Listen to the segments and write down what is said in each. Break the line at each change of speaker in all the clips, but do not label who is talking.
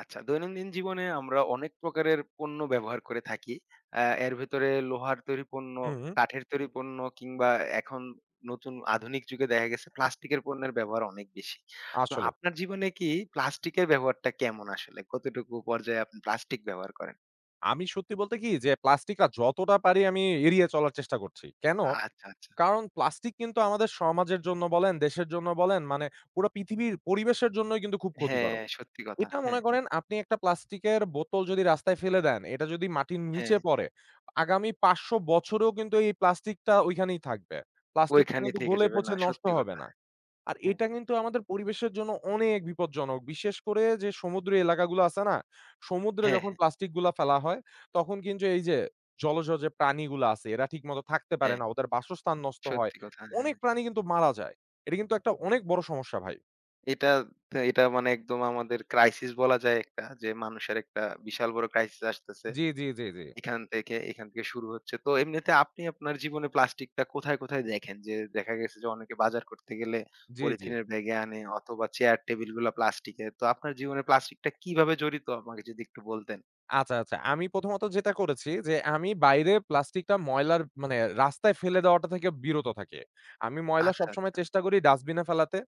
আচ্ছা, দৈনন্দিন জীবনে আমরা অনেক প্রকারের পণ্য ব্যবহার করে থাকি। এর ভেতরে লোহার তৈরি পণ্য,
হুম,
কাঠের তৈরি পণ্য কিংবা এখন নতুন আধুনিক যুগে দেখা গেছে প্লাস্টিকের পণ্যের ব্যবহার অনেক বেশি। তো
আসলেই।
আপনার জীবনে কি প্লাস্টিকের ব্যবহারটা কেমন আসলে? কতটুকু পর্যায়ে আপনি প্লাস্টিক ব্যবহার করেন?
আমি সত্যি বলতে কি যে প্লাস্টিকটা যতটা পারি আমি এড়িয়ে চলার চেষ্টা করছি। কেন?
আচ্ছা, আচ্ছা।
কারণ প্লাস্টিক কিন্তু আমাদের সমাজের জন্য বলেন, দেশের জন্য বলেন মানে পুরা পৃথিবীর পরিবেশের জন্যই কিন্তু খুব
হ্যাঁ,
ক্ষতিকারক।
সত্যি কথা।
এটা মনে
হ্যাঁ, হ্যাঁ,
করেন আপনি একটা প্লাস্টিকের বোতল যদি রাস্তায় ফেলে দেন, এটা যদি মাটির নিচে
হ্যাঁ।
পড়ে, আগামী ৫০০ বছরেও কিন্তু এই প্লাস্টিকটা ওইখানেই থাকবে। প্লাস্টিকটা
ওইখানে
কিন্তু
থেকে
গলে
যাবে না।
পচে নষ্ট
সত্যি
হবে
কথা।
না। আর
হ্যাঁ,
এটা কিন্তু আমাদের পরিবেশের জন্য অনেক বিপজ্জনক। বিশেষ করে যে সমুদ্র এলাকাগুলো আছে না? সমুদ্রে
হ্যাঁ,
যখন
হ্যাঁ,
প্লাস্টিক গুলা ফেলা হয়, তখন কিন্তু এই যে জলজ যে প্রাণীগুলা আছে এরা ঠিকমতো থাকতে পারে
হ্যাঁ।
না। ওদের বাসস্থান নষ্ট হয়।
সত্যি কথা। হ্যাঁ।
অনেক প্রাণী কিন্তু মারা যায়। এটা কিন্তু একটা অনেক বড় সমস্যা ভাই।
এটা এটা মানে একদম আমাদের ক্রাইসিস বলা যায় একটা যে মানুষের একটা বিশাল বড় ক্রাইসিস আসতেছে।
জি, জি, জি, জি।
এখান থেকে শুরু হচ্ছে। তো এমনিতে আপনি আপনার জীবনে প্লাস্টিকটা কোথায়, কোথায় দেখেন? যে দেখা গেছে যে অনেকে বাজার করতে গেলে
জি, জি।
পলিথিনের ব্যাগে আনে অথবা চেয়ার টেবিল গুলা প্লাস্টিকের। তো আপনার জীবনে প্লাস্টিকটা কিভাবে জড়িত আমাকে যদি একটু বলতেন?
আচ্ছা, আচ্ছা। আমি প্রথমত যেটা করেছি যে, আমি বাইরে প্লাস্টিকটা ময়লার মানে রাস্তায় ফেলে দেওয়াটা থেকে বিরত থাকি। আমি ময়লা
আচ্ছা,
সবসময়
আচ্ছা।
চেষ্টা করি ডাস্টবিনে ফেলাতে।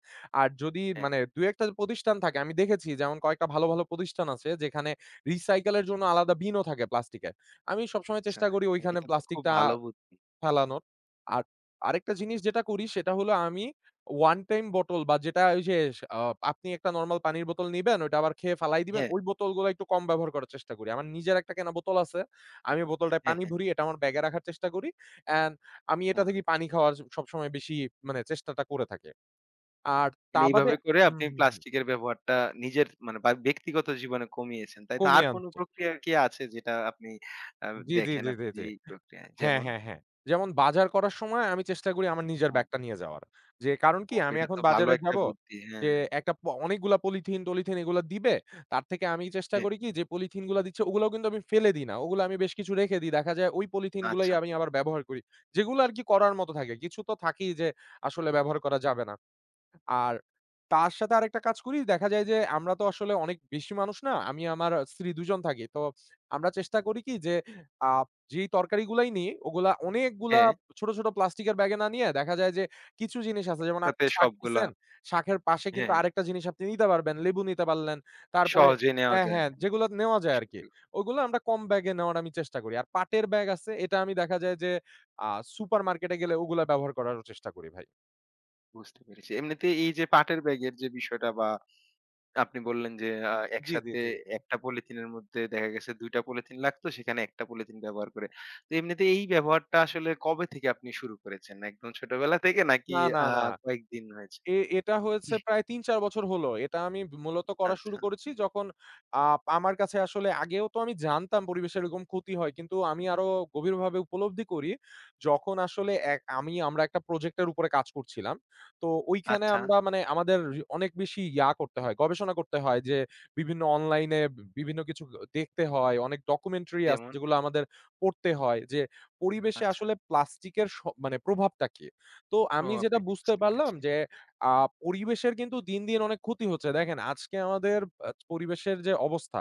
আর যদি
হ্যাঁ,
মানে ২ ১ টা প্রতিষ্ঠান থাকে আমি দেখেছি যেমন কয়েকটা ভালো, ভালো প্রতিষ্ঠান আছে যেখানে রিসাইকেল এর জন্য আলাদা বিনও থাকে প্লাস্টিকের। আমি সবসময়
আচ্ছা।
চেষ্টা করি
হ্যাঁ,
ওইখানে
এটা তো খুব
প্লাস্টিকটা
ভালো বুদ্ধি।
ফেলানোর। আর আরেকটা জিনিস যেটা করি সেটা হলো আমি one time bottle বা যেটা ওই যে আ আপনি একটা নরমাল পানির বোতল নিবেন, ওইটা আবার খেয়ে ফালাই দিবেন।
হ্যাঁ,
ওই বোতলগুলা একটু কম ব্যবহার করার চেষ্টা করি। আমার নিজের একটা কেনা বোতল আছে। আমি বোতলটায়
হ্যাঁ,
পানি
হ্যাঁ।
ভরি, এটা আমার ব্যাগে রাখার চেষ্টা করি। অ্যান্ড আমি
আ
এটা থেকেই পানি খাওয়ার সবসময় বেশি মানে চেষ্টাটা করে থাকি। আর তা
মানে
বাদে
এইভাবে করে
হুম,
আপনি
হুম, হুম।
প্লাস্টিকের ব্যবহারটা নিজের মানে বা ব্যক্তিগত জীবনে কমিয়েছেন। তাই তো? আর
কমিয়ে
কোন
আনছে।
প্রক্রিয়া কি আছে যেটা আপনি আ
জি, জি,
দেখেন
জি, জি,
আরকি যে
জি।
এই প্রক্রিয়ায়
হ্যাঁ,
যেমন?
হ্যাঁ, হ্যাঁ। যেমন বাজার করার সময় আমি চেষ্টা করি আমার নিজের
হ্যাঁ।
ব্যাগটা নিয়ে যাওয়ার। যে কারণ কি
ওহ!
আমি
এটা
এখন
তো ভালো
বাজারে
একটা
যাবো,
বুদ্ধি।
যে
হ্যাঁ,
একটা অনেকগুলা পলিথিন-টলিথিন এগুলা দিবে। তার থেকে আমি চেষ্টা
হ্যাঁ।
করি কি যে পলিথিন গুলা দিচ্ছে ওগুলাও কিন্তু আমি ফেলে দিই না। ওগুলা আমি বেশ কিছু রেখে দিই। দেখা যায় ওই পলিথিন গুলাই
আচ্ছা।
আমি আবার ব্যবহার করি। যেগুলো আরকি করার মতো থাকে। কিছু তো থাকেই যে আসলে ব্যবহার করা যাবে না। আর তার সাথে আরেকটা কাজ করি, দেখা যায় যে আমরা তো আসলে অনেক বেশি মানুষ না। আমি আমার স্ত্রী ২ জন থাকি। তো আমরা চেষ্টা করি কি যে আ যেই তরকারিগুলাই নিই ওগুলা অনেকগুলা
হ্যাঁ,
ছোট, ছোট প্লাস্টিকের ব্যাগে না নিয়ে দেখা যায় যে কিছু জিনিস আছে যেমন আপনি
তাতে
শাক
সবগুলা
নিছেন, শাকের পাশে কিন্তু
হ্যাঁ,
আরেকটা জিনিস আপনি নিতে পারবেন। লেবু নিতে পারলেন। তারপরে
সহজে নেওয়া
হ্যাঁ,
যায়।
হ্যাঁ,
হুম,
যেগুলো নেওয়া যায় আরকি।
সত্যি
ওগুলো আমরা কম ব্যাগে নেওয়ার আমি চেষ্টা করি। আর পাটের ব্যাগ আছে এটা আমি দেখা যায় যে আ সুপারমার্কেটে গেলে ওগুলা ব্যবহার করারও চেষ্টা করি ভাই।
বুঝতে পেরেছি। এমনিতে এই যে পাটের ব্যাগের যে বিষয়টা বা আপনি বললেন যে
জি, জি,
একসাথে
জি।
একটা পলিথিনের মধ্যে দেখা গেছে ২ টা পলিথিন লাগতো সেখানে একটা পলিথিন ব্যবহার করে। তো এমনিতে এই ব্যবহারটা আসলে কবে থেকে আপনি শুরু করেছেন? একদম ছোটবেলা থেকে নাকি
না, না,
আ
না।
কয়েকদিন হয়েছে?
এটা হয়েছে প্রায় ৩-৪ বছর হলো। এটা আমি মূলত করা শুরু
আচ্ছা,
করেছি যখন আ আমার কাছে আসলে আগেও তো আমি জানতাম পরিবেশের এরকম ক্ষতি হয়। কিন্তু আমি আরো গভীরভাবে উপলব্ধি করি যখন আসলে এক আমি আমরা একটা প্রজেক্টের উপরে কাজ করছিলাম। তো ওইখানে
আচ্ছা
আমরা মানে আমাদের অনেক বেশি ইয়া করতে হয়, গবেষণা করতে হয় যে বিভিন্ন অনলাইনে বিভিন্ন কিছু দেখতে হয়। অনেক ডকুমেন্টারি আছে
যেমন?
যেগুলো আমাদের পড়তে হয় যে পরিবেশে
আচ্ছা।
আসলে প্লাস্টিকের মানে প্রভাবটা কি? তো
ও
আমি যেটা
আপনাকে
বুঝতে
বুঝতে
পারলাম
পেরেছি।
যে আ পরিবেশের কিন্তু দিন, দিন অনেক ক্ষতি হচ্ছে। দেখেন আজকে আমাদের পরিবেশের যে অবস্থা,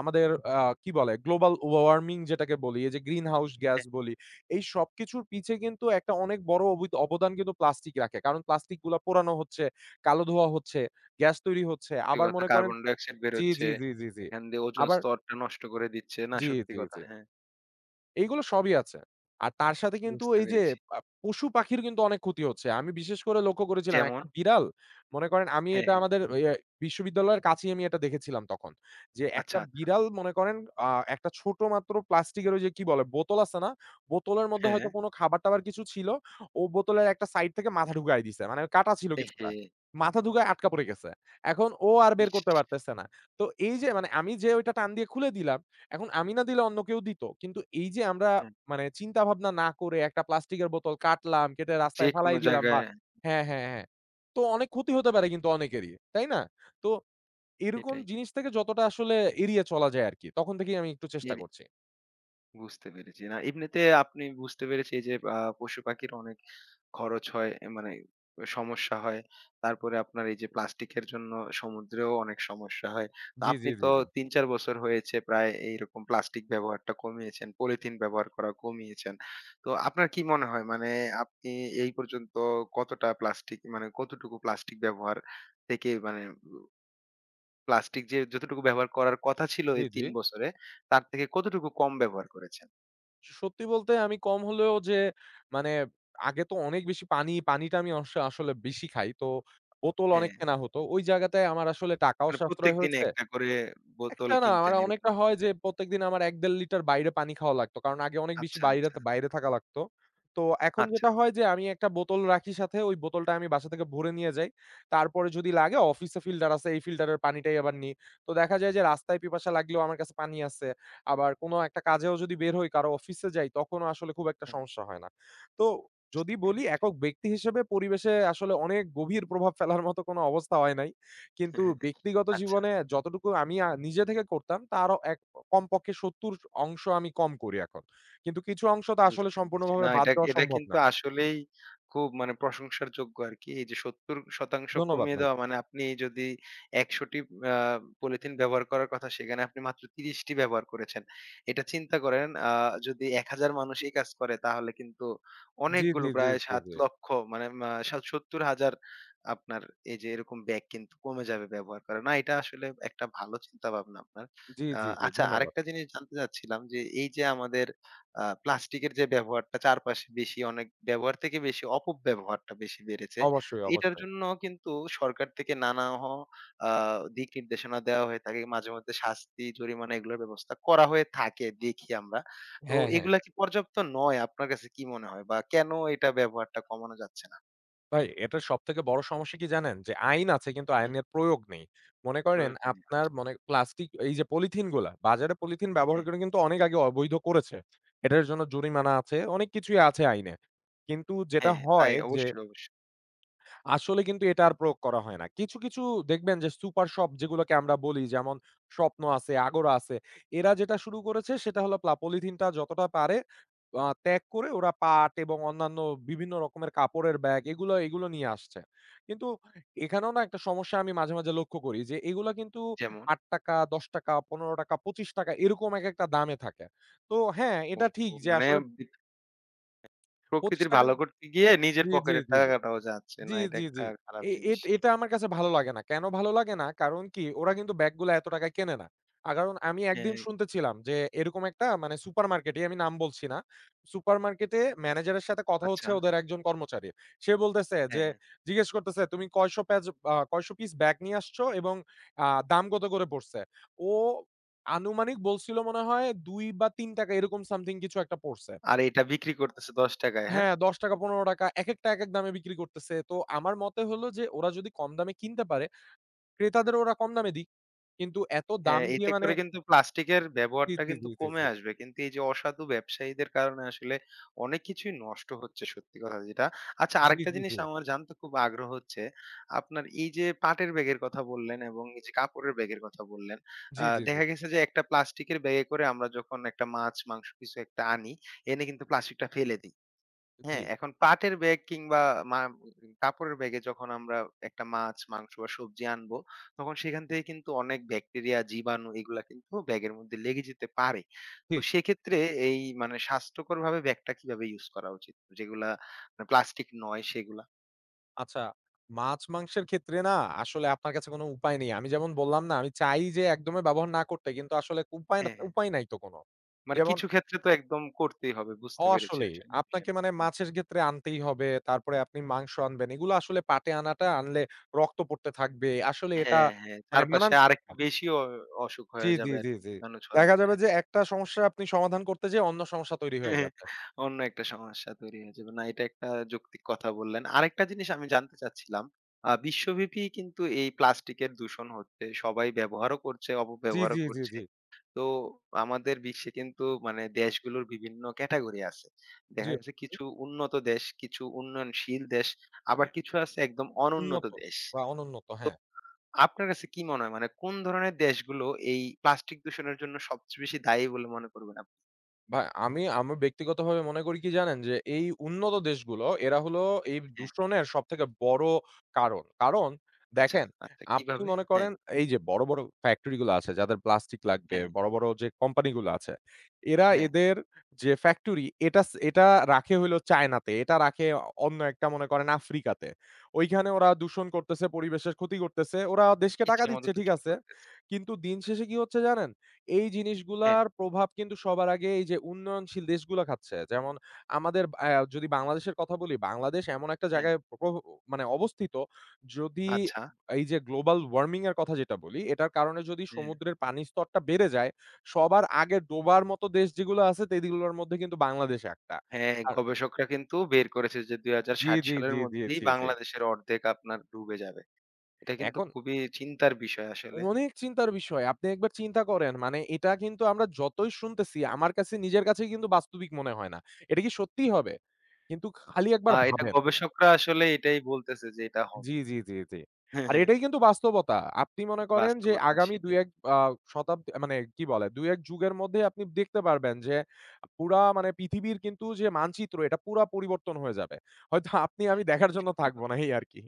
আমাদের কি বলে গ্লোবাল ওয়ার্মিং যেটাকে বলি, এই যে গ্রিন হাউস গ্যাস
হ্যাঁ,
বলি, এই সবকিছুর পিছে কিন্তু একটা অনেক বড় অবদান কিন্তু প্লাস্টিক রাখে। কারণ প্লাস্টিক গুলা পোড়ানো হচ্ছে, কালো ধোঁয়া হচ্ছে, গ্যাস তৈরি হচ্ছে।
সত্যি
আবার
কথা,
মনে করেন
কার্বন ডাইঅক্সাইড
জি,
বেরোচ্ছে।
জি, জি, জি, জি।
এখান দিয়ে ওজোন
আবার
স্তরটা নষ্ট করে দিচ্ছে। না
জি,
সত্যি
জি,
কথা।
জি।
হ্যাঁ,
এইগুলো সবই আছে। আর তার সাথে কিন্তু
বুঝতে
এই যে
পেরেছি।
পশু-পাখির কিন্তু অনেক ক্ষতি হচ্ছে। আমি বিশেষ করে লক্ষ্য করেছিলাম
যেমন?
একটা বিড়াল মনে করেন আমি
হ্যাঁ,
এটা
হ্যাঁ।
আমাদের বিশ্ববিদ্যালয়ের কাছেই আমি এটা দেখেছিলাম তখন। যে একটা
আচ্ছা, আচ্ছা।
বিড়াল মনে করেন আ একটা ছোট মাত্র প্লাস্টিকের ওই যে কি বলে বোতল আছে না? বোতলের মধ্যে
হ্যাঁ।
হয়তো কোনো খাবার-টাবার কিছু ছিল। ও বোতলের একটা সাইড থেকে মাথা ঢুকায় দিছে। মানে কাটা ছিল কিছুটা।
এহে!
মাথা ঢুকায় আটকা পড়ে গেছে। এখন ও আর বের
ইস!
করতে পারতেছে না। তো এই যে মানে আমি যে ওইটা টান দিয়ে খুলে দিলাম এখন আমি না দিলে অন্য কেউ দিত। কিন্তু এই যে আমরা
হ্যাঁ,
মানে চিন্তা ভাবনা না করে একটা প্লাস্টিকের বোতল কাটলাম, কেটে রাস্তায়
যেকোনো
ফালাই দিলাম বা
জায়গায়
হ্যাঁ, হ্যাঁ, হ্যাঁ। তো অনেক ক্ষতি হতে পারে কিন্তু অনেকেরই। তাই না? তো এরকম
সেটাই।
জিনিস থেকে যতটা আসলে এড়িয়ে চলা যায় আরকি। তখন থেকেই আমি একটু চেষ্টা
এর
করছি।
বুঝতে পেরেছি। না এমনিতে আপনি বুঝতে পেরেছি এই যে পশু-পাখির অনেক খরচ হয়, এ মানে সমস্যা হয়। তারপরে আপনার এই যে প্লাস্টিকের জন্য সমুদ্রেও অনেক সমস্যা হয়। তো
জি,
আপনি
জি, জি,
তো
জি।
৩-৪ বছর হয়েছে প্রায় এইরকম প্লাস্টিক ব্যবহারটা কমিয়েছেন, পলিথিন ব্যবহার করা কমিয়েছেন। তো আপনার কি মনে হয় মানে আপনি এই পর্যন্ত কতটা প্লাস্টিক মানে কতটুকু প্লাস্টিক ব্যবহার থেকে মানে উ প্লাস্টিক যে যতটুকু ব্যবহার করার কথা ছিল
জি,
এই
জি।
৩ বছরে, তার থেকে কতটুকু কম ব্যবহার করেছেন?
সত্যি বলতে আমি কম হলেও যে মানে আগে তো অনেক বেশি পানি, পানিটা আমি আসলে বেশি খাই। তো বোতল
হ্যাঁ,
অনেক কেনা হতো। ওই জায়গাটায় আমার আসলে টাকাও
মানে
সাশ্রয়
প্রত্যেকদিন
হয়েছে
একটা করে বোতল
একটা না আমার
কিনতেন এরকম।
অনেকটা হয় যে প্রত্যেকদিন আমার ১-১.৫ লিটার বাইরে পানি খাওয়া লাগতো। কারণ আগে অনেক বেশি
আচ্ছা,
বাইরে
আচ্ছা,
বাইরে থাকা লাগতো। তো এখন
আচ্ছা।
যেটা হয় যে আমি একটা বোতল রাখি সাথে ওই বোতলটা আমি বাসা থেকে ভরে নিয়ে যাই। তারপরে যদি লাগে অফিসে ফিল্টার আছে এই ফিল্টারের পানিটাই আবার নিই। তো দেখা যায় যে রাস্তায় পিপাসা লাগলেও আমার কাছে পানি আছে। আবার কোনো একটা কাজেও যদি বের হই কারো অফিসে যাই তখনও আসলে খুব একটা
হ্যাঁ,
সমস্যা হয় না। তো যদি
বুঝতে
বলি
পেরেছি।
একক ব্যক্তি হিসেবে পরিবেশে আসলে অনেক গভীর প্রভাব ফেলার মতো কোনো অবস্থা হয় নাই। কিন্তু ব্যক্তিগত
আচ্ছা।
জীবনে যতটুকু আমি নিজে থেকে করতাম তারও এক কমপক্ষে ৭০ অংশ আমি কম করি এখন। কিন্তু কিছু অংশ তো আসলে
বুঝতে পেরেছি।
সম্পূর্ণভাবে
না
বাদ
এটা
দেওয়া
এটা
সম্ভব
কিন্তু
না।
আসলেই খুব মানে প্রশংসার যোগ্য আরকি। এই যে ৭০%
ধন্যবাদ
কমিয়ে
ভাই।
দেওয়া মানে আপনি যদি ১০০ টি আ পলিথিন ব্যবহার করার কথা, সেখানে আপনি মাত্র ৩০ টি ব্যবহার করেছেন। এটা চিন্তা করেন, যদি ১,০০০ মানুষ এই কাজ করে তাহলে কিন্তু
জি,
অনেকগুলো
জি, জি,
প্রায়
জি, জি।
৭,০০,০০০ মানে মা সাত ৭০,০০০ আপনার এই যে এরকম ব্যাগ কিন্তু কমে যাবে ব্যবহার করা। না এটা আসলে একটা ভালো চিন্তাভাবনা আপনার।
জি,
আ
জি, জি।
আচ্ছা,
ধন্যবাদ।
আরেকটা জিনিস জানতে চাচ্ছিলাম যে এই যে আমাদের প্লাস্টিকের যে ব্যবহারটা চারপাশে বেশি, অনেক ব্যবহার থেকে বেশি অপব্যবহারটা বেশি বেড়েছে।
অবশ্যই,
তো এটার
অবশ্যই।
জন্য কিন্তু সরকার থেকে নানা হ আ দিক নির্দেশনা দেওয়া হয়ে থাকে। মাঝে মধ্যে শাস্তি, জরিমানা এগুলোর ব্যবস্থা করা হয়ে থাকে দেখি আমরা। তো
হ্যাঁ, হ্যাঁ।
এগুলা কি পর্যাপ্ত নয় আপনার কাছে কি মনে হয়? বা কেন এটা ব্যবহারটা কমানো যাচ্ছে না?
ভাই এটার সবথেকে বড় সমস্যা কি জানেন? যে আইন আছে কিন্তু
জি,
আইনের প্রয়োগ নেই। মনে করেন
প্রয়োগটা নেই।
আপনার মনে প্লাস্টিক এই যে পলিথিন গুলা, বাজারে পলিথিন ব্যবহার
হ্যাঁ,
করে কিন্তু অনেক আগে অবৈধ করেছে। এটার জন্য জরিমানা আছে, অনেক কিছুই আছে আইনে। কিন্তু যেটা
হ্যাঁ, তাই
হয় যে
অবশ্যই, অবশ্যই।
আসলে কিন্তু এটা আর প্রয়োগ করা হয় না। কিছু, কিছু দেখবেন যে সুপার শপ যেগুলোকে আমরা বলি যেমন স্বপ্ন আছে, আগোরা আছে। এরা যেটা শুরু করেছে সেটা হলো পলিথিনটা যতটা পারে ত্যাগ করে ওরা পাট এবং অন্যান্য বিভিন্ন রকমের কাপড়ের ব্যাগ এগুলো, এগুলো নিয়ে আসছে। কিন্তু এখানেও না একটা সমস্যা আমি মাঝে, মাঝে লক্ষ্য করি যে এগুলা কিন্তু
যেমন?
৳৮, ৳১০, ৳১৫, ৳২৫ এরকম একেকটা দামে থাকে। তো হ্যাঁ, এটা ঠিক
ওহহো!
যে
মানে
আসলে
বি
৳২৫
প্রকৃতির ভালো করতে গিয়ে নিজের
জি, জি,
পকেটের
জি।
টাকা
জি।
কাটাও যাচ্ছে না।
জি,
এটা
জি,
একটা
জি।
খারাপ
এ
জিনিস।
এট এটা আমার কাছে ভালো লাগে না। কেন ভালো লাগে না? কারণ কি? ওরা কিন্তু ব্যাগগুলো এত টাকায় কেনে না। কারণ আমি একদিন
হ্যাঁ।
শুনতেছিলাম যে এরকম একটা মানে সুপারমার্কেটই, আমি নাম বলছি না। সুপারমার্কেটে ম্যানেজারের সাথে কথা
আচ্ছা,
হচ্ছে ওদের একজন কর্মচারীর। সে বলতেছে
হ্যাঁ,
যে
হ্যাঁ।
জিজ্ঞেস করতেছে, "তুমি কয়শো প্যাজ আ কয়শো পিস ব্যাগ নিয়ে আসছো এবং দাম কত করে পড়ছে?" ও আনুমানিক বলছিল মনে হয় ২ বা ৩ টাকা এরকম সামথিং কিছু একটা পড়ছে।
আর এটা বিক্রি করতেছে ৳১০ হ্যাঁ?
হ্যাঁ, ৳১০, ৳১৫ একেকটা একেক দামে বিক্রি করতেছে। তো আমার মতে হলো যে ওরা যদি কম দামে কিনতে পারে, ক্রেতাদেরও ওরা কম দামে দিক। কিন্তু এত দাম
হ্যাঁ,
দিয়ে
এতে
মানে
করে কিন্তু প্লাস্টিকের
জি,
ব্যবহারটা
জি,
কিন্তু
জি, জি,
কমে
জি।
আসবে। কিন্তু এই যে অসাধু ব্যবসায়ীদের কারণে আসলে অনেক কিছুই নষ্ট হচ্ছে, সত্যি কথা যেটা। আচ্ছা,
জি,
আরেকটা
জি,
জিনিস
জি।
আমার জানতে খুব আগ্রহ হচ্ছে, আপনার এই যে পাটের ব্যাগের কথা বললেন এবং এই যে কাপড়ের ব্যাগের কথা বললেন,
জি, জি, জি।
দেখা গেছে যে একটা প্লাস্টিকের ব্যাগে করে আমরা যখন একটা মাছ, মাংস কিছু একটা আনি, এনে কিন্তু প্লাস্টিকটা ফেলে দিই।
জি,
হ্যাঁ, এখন পাটের ব্যাগ কিংবা মা কাপড়ের ব্যাগে যখন আমরা একটা মাছ, মাংস বা সবজি আনবো, তখন সেখান থেকে কিন্তু অনেক ব্যাকটেরিয়া, জীবাণু এগুলা কিন্তু ব্যাগের মধ্যে লেগে যেতে পারে। তো
ঠিক।
সেক্ষেত্রে এই মানে স্বাস্থ্যকরভাবে ব্যাগটা কিভাবে ইউজ করা উচিত? যেগুলা মানে প্লাস্টিক নয় সেগুলা?
আচ্ছা, মাছ-মাংসের ক্ষেত্রে না আসলে আপনার কাছে কোনো উপায় নেই। আমি যেমন বললাম না, আমি চাই যে একদমই ব্যবহার না করতে। কিন্তু আসলে
হ্যাঁ, হ্যাঁ।
উপায় নাই তো কোনো।
মানে
যেমন
কিছু ক্ষেত্রে তো একদম করতেই হবে। বুঝতে পেরেছি
আসলেই।
আসলে
আপনাকে
বিষয়টা। হু,
মানে
হু।
মাছের ক্ষেত্রে আনতেই হবে। তারপরে আপনি মাংস আনবেন। এগুলো আসলে পাটে আনাটা আনলে রক্ত পড়তে থাকবে। আসলে এটা
হ্যাঁ, হ্যাঁ।
মানে
চারপাশে
মানানসই না।
আরেকটু বেশিও অসুখ
জি,
হয়ে
জি,
যাবে
জি,
আরকি,
জি।
জীবাণু
দেখা
ছড়াবে।
যাবে
হ্যাঁ।
যে একটা সমস্যা আপনি সমাধান করতে যেয়ে অন্য সমস্যা তৈরি হয়ে গেছে।
অন্য একটা সমস্যা তৈরি হয়ে যাবে। না, এটা একটা যৌক্তিক কথা বললেন। আরেকটা জিনিস আমি জানতে চাচ্ছিলাম। বিশ্বব্যাপী কিন্তু এই প্লাস্টিকের দূষণ হচ্ছে। সবাই ব্যবহারও করছে,
জি,
অপব্যবহারও
জি, জি,
করছে।
জি।
তো আমাদের বিশ্বে কিন্তু মানে দেশগুলোর বিভিন্ন ক্যাটেগরি আছে।
জি।
দেখা গেছে কিছু উন্নত দেশ, কিছু উন্নয়নশীল দেশ, আবার কিছু আছে একদম অনুন্নত
উন্নত
দেশ।
বা অনুন্নত, হ্যাঁ।
আপনার কাছে কি মনে হয় মানে কোন ধরনের দেশগুলো এই প্লাস্টিক দূষণের জন্য সবচেয়ে বেশি দায়ী বলে মনে করবেন আপনি?
ভাই আমি আমি ব্যক্তিগতভাবে মনে করি কি জানেন? যে এই উন্নত দেশগুলো এরা হলো এই
হ্যাঁ,
দূষণের সবথেকে বড় কারণ। কারণ
আচ্ছা,
দেখেন,
আচ্ছা,
আপনি
কিভাবে?
মনে
হ্যাঁ,
করেন এই যে বড়, বড় ফ্যাক্টরি গুলো আছে যাদের প্লাস্টিক লাগবে,
হ্যাঁ।
বড়, বড় যে কোম্পানি গুলো আছে, এরা
হ্যাঁ,
এদের যে ফ্যাক্টরি এটা এটা রাখে হইলো চায়নাতে, এটা রাখে অন্য একটা মনে করেন আফ্রিকাতে। ওইখানে ওরা দূষণ করতেছে, পরিবেশের ক্ষতি করতেছে। ওরা দেশকে টাকা
ইচ্ছামত
দিচ্ছে ঠিক
দূষণ
আছে।
করতেছে।
কিন্তু দিন শেষে কি হচ্ছে জানেন? এই
হ্যাঁ,
জিনিসগুলার প্রভাব কিন্তু সবার আগে এই যে উন্নয়নশীল দেশগুলা খাচ্ছে। যেমন আমাদের অ্যা যদি বাংলাদেশের কথা বলি, বাংলাদেশ এমন একটা
হ্যাঁ,
জায়গায় মানে অবস্থিত যদি
আচ্ছা।
এই যে গ্লোবাল ওয়ার্মিং এর কথা যেটা বলি, এটার কারণে যদি
হ্যাঁ,
সমুদ্রের পানির স্তরটা বেড়ে যায়, সবার আগে ডোবার মতো দেশ যেগুলো আছে সেগুলোর মধ্যে কিন্তু বাংলাদেশ একটা।
হ্যাঁ,
আর
গবেষকরা কিন্তু বের করেছে যে
জি,
২০৬০
জি,
সালের
জি, জি,
মধ্যেই
জি, জি।
বাংলাদেশের অর্ধেক আপনার ডুবে যাবে। এটা কিন্তু
এখন
খুবই চিন্তার বিষয় আসলে।
অনেক চিন্তার বিষয়। আপনি একবার চিন্তা করেন মানে এটা কিন্তু আমরা যতই শুনতেছি আমার কাছে নিজের কাছেই কিন্তু বাস্তবিক মনে হয় না। এটা কি সত্যিই হবে? কিন্তু খালি একবার
আ এটা
ভাবেন।
গবেষকরা আসলে এটাই বলতেছে যে এটা
জি,
হবে।
জি, জি, জি।
হ্যাঁ,
আর
হ্যাঁ,
এটাই কিন্তু বাস্তবতা। আপনি মনে করেন যে
বাস্তবতা
আগামী
সেটাই।
২-১ আ শতাব্দী মানে কি বলে ২-১ যুগের মধ্যে আপনি দেখতে পারবেন যে পুরা মানে পৃথিবীর কিন্তু যে মানচিত্র এটা পুরা পরিবর্তন হয়ে যাবে। হয়তো আপনি আমি দেখার জন্য
সত্যি
থাকবো না
কথা।
এই আরকি।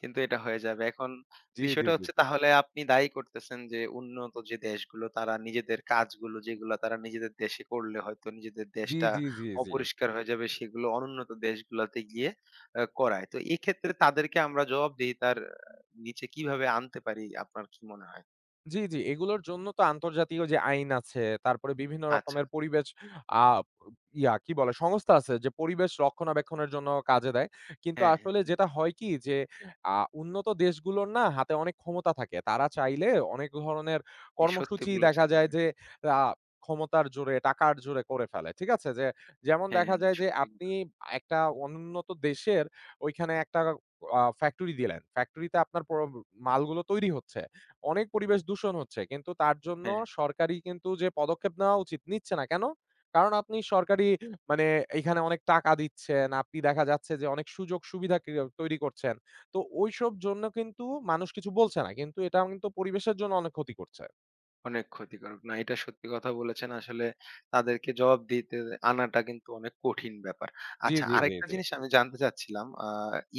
কিন্তু এটা হয়ে যাবে। এখন
জি, জি,
বিষয়টা
জি,
হচ্ছে,
জি।
তাহলে আপনি দায়ী করতেছেন যে উন্নত যে দেশগুলো তারা নিজেদের কাজগুলো যেগুলো তারা নিজেদের দেশে করলে হয়তো নিজেদের
জি,
দেশটা
জি, জি, জি।
অপরিষ্কার হয়ে যাবে সেগুলো অনুন্নত দেশগুলোতে গিয়ে করায়। তো এক্ষেত্রে তাদেরকে আমরা জবাবদিহিতার নিচে কিভাবে আনতে পারি, আপনার কি মনে হয়?
জি, জি। এগুলোর জন্য তো আন্তর্জাতিক যে আইন আছে, তারপরে বিভিন্ন
আচ্ছা।
রকমের পরিবেশ আ ইয়া কি বলে? সংস্থা আছে যে পরিবেশ রক্ষণাবেক্ষণের জন্য কাজে দেয়। কিন্তু
হ্যাঁ, হ্যাঁ,
আসলে যেটা হয় কি? যে আ উন্নত দেশগুলোর না হাতে অনেক ক্ষমতা থাকে। তারা চাইলে অনেক ধরনের
হ্যাঁ। সত্যি
কর্মসূচি দেখা
বলেছেন।
যায় যে আ ক্ষমতার জোরে, টাকার জোরে করে ফেলে। ঠিক আছে? যে যেমন
হ্যাঁ,
দেখা
হ্যাঁ,
যায় যে
সত্যি।
আপনি একটা অনুন্নত দেশের ওইখানে একটা ফ্যাক্টরি দিলেন। ফ্যাক্টরিতে আপনার মালগুলো তৈরি হচ্ছে। অনেক পরিবেশ দূষণ হচ্ছে। কিন্তু তার জন্য
হ্যাঁ।
সরকারি কিন্তু যে পদক্ষেপ নেওয়া উচিত নিচ্ছে না। কেন? কারণ আপনি সরকারি মানে এখানে অনেক টাকা দিচ্ছেন। আপনি দেখা যাচ্ছে যে অনেক সুযোগ সুবিধা ক্রিয়া তৈরি করছেন। তো ওইসব জন্য কিন্তু মানুষ কিছু বলছে না। কিন্তু এটা কিন্তু পরিবেশের জন্য অনেক ক্ষতি করছে।
অনেক ক্ষতিকারক। না, এটা সত্যি কথা বলেছেন। আসলে তাদেরকে জবাব দিতে আনাটা কিন্তু অনেক কঠিন ব্যাপার।
জি,
আচ্ছা,
জি, জি,
আরেকটা
জি।
জিনিস আমি জানতে চাচ্ছিলাম।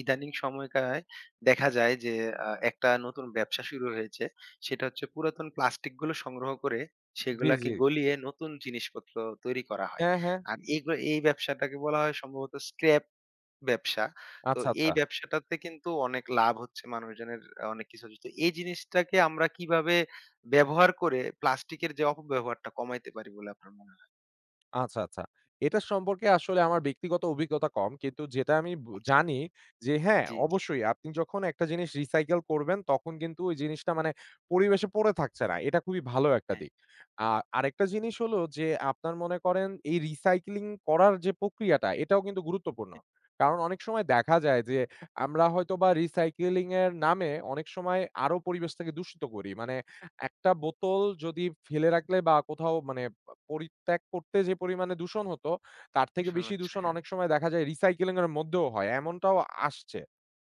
ইদানিং সময়কায় দেখা যায় যে একটা নতুন ব্যবসা শুরু হয়েছে। সেটা হচ্ছে পুরাতন প্লাস্টিক গুলো সংগ্রহ করে
জি, জি।
সেগুলাকে গলিয়ে নতুন জিনিসপত্র তৈরি করা হয়।
হ্যাঁ, হ্যাঁ।
আর এগুলো, এই ব্যবসাটাকে বলা হয় সম্ভবত স্ক্র্যাপ ব্যবসা। তো
আচ্ছা, আচ্ছা।
এই ব্যবসাটাতে কিন্তু অনেক লাভ হচ্ছে মানুষজনের, অনেক কিছু হচ্ছে। তো এই জিনিসটাকে আমরা কিভাবে ব্যবহার করে প্লাস্টিকের যে অপব্যবহারটা কমাইতে পারি বলে আপনার মনে হয়?
আচ্ছা, আচ্ছা। এটা সম্পর্কে আসলে আমার ব্যক্তিগত অভিজ্ঞতা কম। কিন্তু যেটা আমি
আচ্ছা।
জানি যে হ্যাঁ,
জি, জি।
অবশ্যই আপনি যখন একটা জিনিস রিসাইকেল করবেন তখন কিন্তু ওই জিনিসটা মানে পরিবেশে পড়ে থাকছে না। এটা খুবই ভালো একটা
হ্যাঁ,
দিক। আ আরেকটা জিনিস হলো যে আপনার মনে করেন এই রিসাইক্লিং করার যে প্রক্রিয়াটা এটাও কিন্তু গুরুত্বপূর্ণ।
হ্যাঁ।
কারণ অনেক সময় দেখা যায় যে আমরা হয়তোবা রিসাইকেলিং এর নামে অনেক সময় আরো পরিবেশটাকে দূষিত করি। মানে একটা বোতল যদি ফেলে রাখলে বা কোথাও মানে পরিত্যাগ করতে যে পরিমাণে দূষণ হতো, তার থেকে
দূষণ
বেশি
হচ্ছে।
দূষণ
হ্যাঁ।
অনেক সময় দেখা যায় রিসাইকেলিং এর মধ্যেও হয়। এমনটাও আসছে।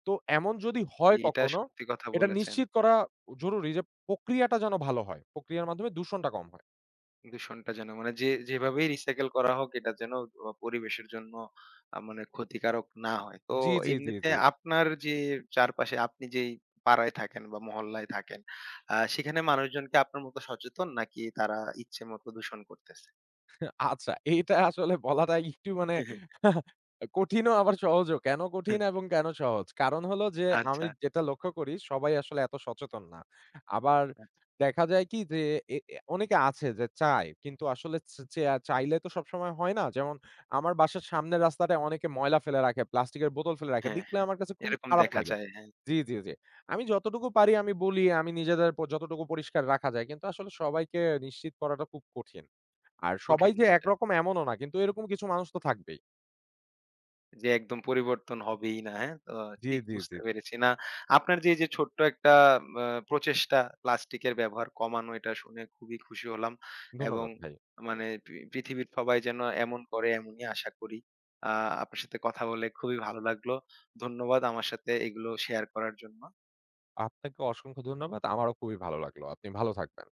তো এমন যদি
জি,
হয়
এটা
কখনো,
সত্যি কথা
এটা
বলেছেন।
নিশ্চিত করা জরুরি যে প্রক্রিয়াটা যেন ভালো হয়। প্রক্রিয়ার মাধ্যমে দূষণটা কম হয়।
দূষণটা যেন মানে যে যেভাবেই রিসাইকেল করা হোক এটা যেন পরিবেশের জন্য মানে ক্ষতিকারক না হয়। তো
জি, জি, জি,
এমনিতে
জি।
আপনার যে চারপাশে আপনি যেই পাড়ায় থাকেন বা মহল্লায় থাকেন, সেখানে মানুষজন কি আপনার মতো সচেতন নাকি তারা ইচ্ছে মতো দূষণ করতেছে?
আচ্ছা, এইটা আসলে বলাটা একটু মানে কঠিনও আবার সহজও। কেন কঠিন এবং কেন সহজ? কারণ হলো যে আমি
আচ্ছা,
যেটা লক্ষ্য করি সবাই আসলে এত সচেতন না। আবার
আচ্ছা।
দেখা যায় কি যে এ এ অনেকে আছে যে চায় কিন্তু আসলে চেয়া চাইলে তো সবসময় হয় না। যেমন আমার বাসার সামনের রাস্তাটায় অনেকে ময়লা ফেলে রাখে, প্লাস্টিকের বোতল ফেলে রাখে।
হ্যাঁ,
দেখলে
হ্যাঁ।
আমার কাছে খুবই
এরকম
খারাপ
দেখা
লাগে।
যায়। হ্যাঁ,
জি, জি, জি। আমি যতটুকু পারি আমি বলি আমি নিজেদের যতটুকু পরিষ্কার রাখা যায়। কিন্তু আসলে সবাইকে নিশ্চিত করাটা খুব কঠিন। আর সবাই
কঠিন
যে
হয়ে যায়।
একরকম এমনও না। কিন্তু এরকম কিছু মানুষ তো থাকবেই।
যে একদম পরিবর্তন হবেই না, হ্যাঁ? তো
জি,
ঠিক
জি, জি।
বুঝতে পেরেছি। না, আপনার যে এই যে ছোট্ট একটা প্রচেষ্টা প্লাস্টিকের ব্যবহার কমানো, এটা শুনে খুবই খুশি হলাম এবং
ধন্যবাদ ভাই।
মানে পৃথিবীর সবাই যেন এমন করে এমনই আশা করি। আ আপনার সাথে কথা বলে খুবই ভালো লাগলো। ধন্যবাদ আমার সাথে এগুলো শেয়ার করার জন্য।
আপনাকে অসংখ্য ধন্যবাদ। আমারও খুবই ভালো লাগলো। আপনি ভালো থাকবেন।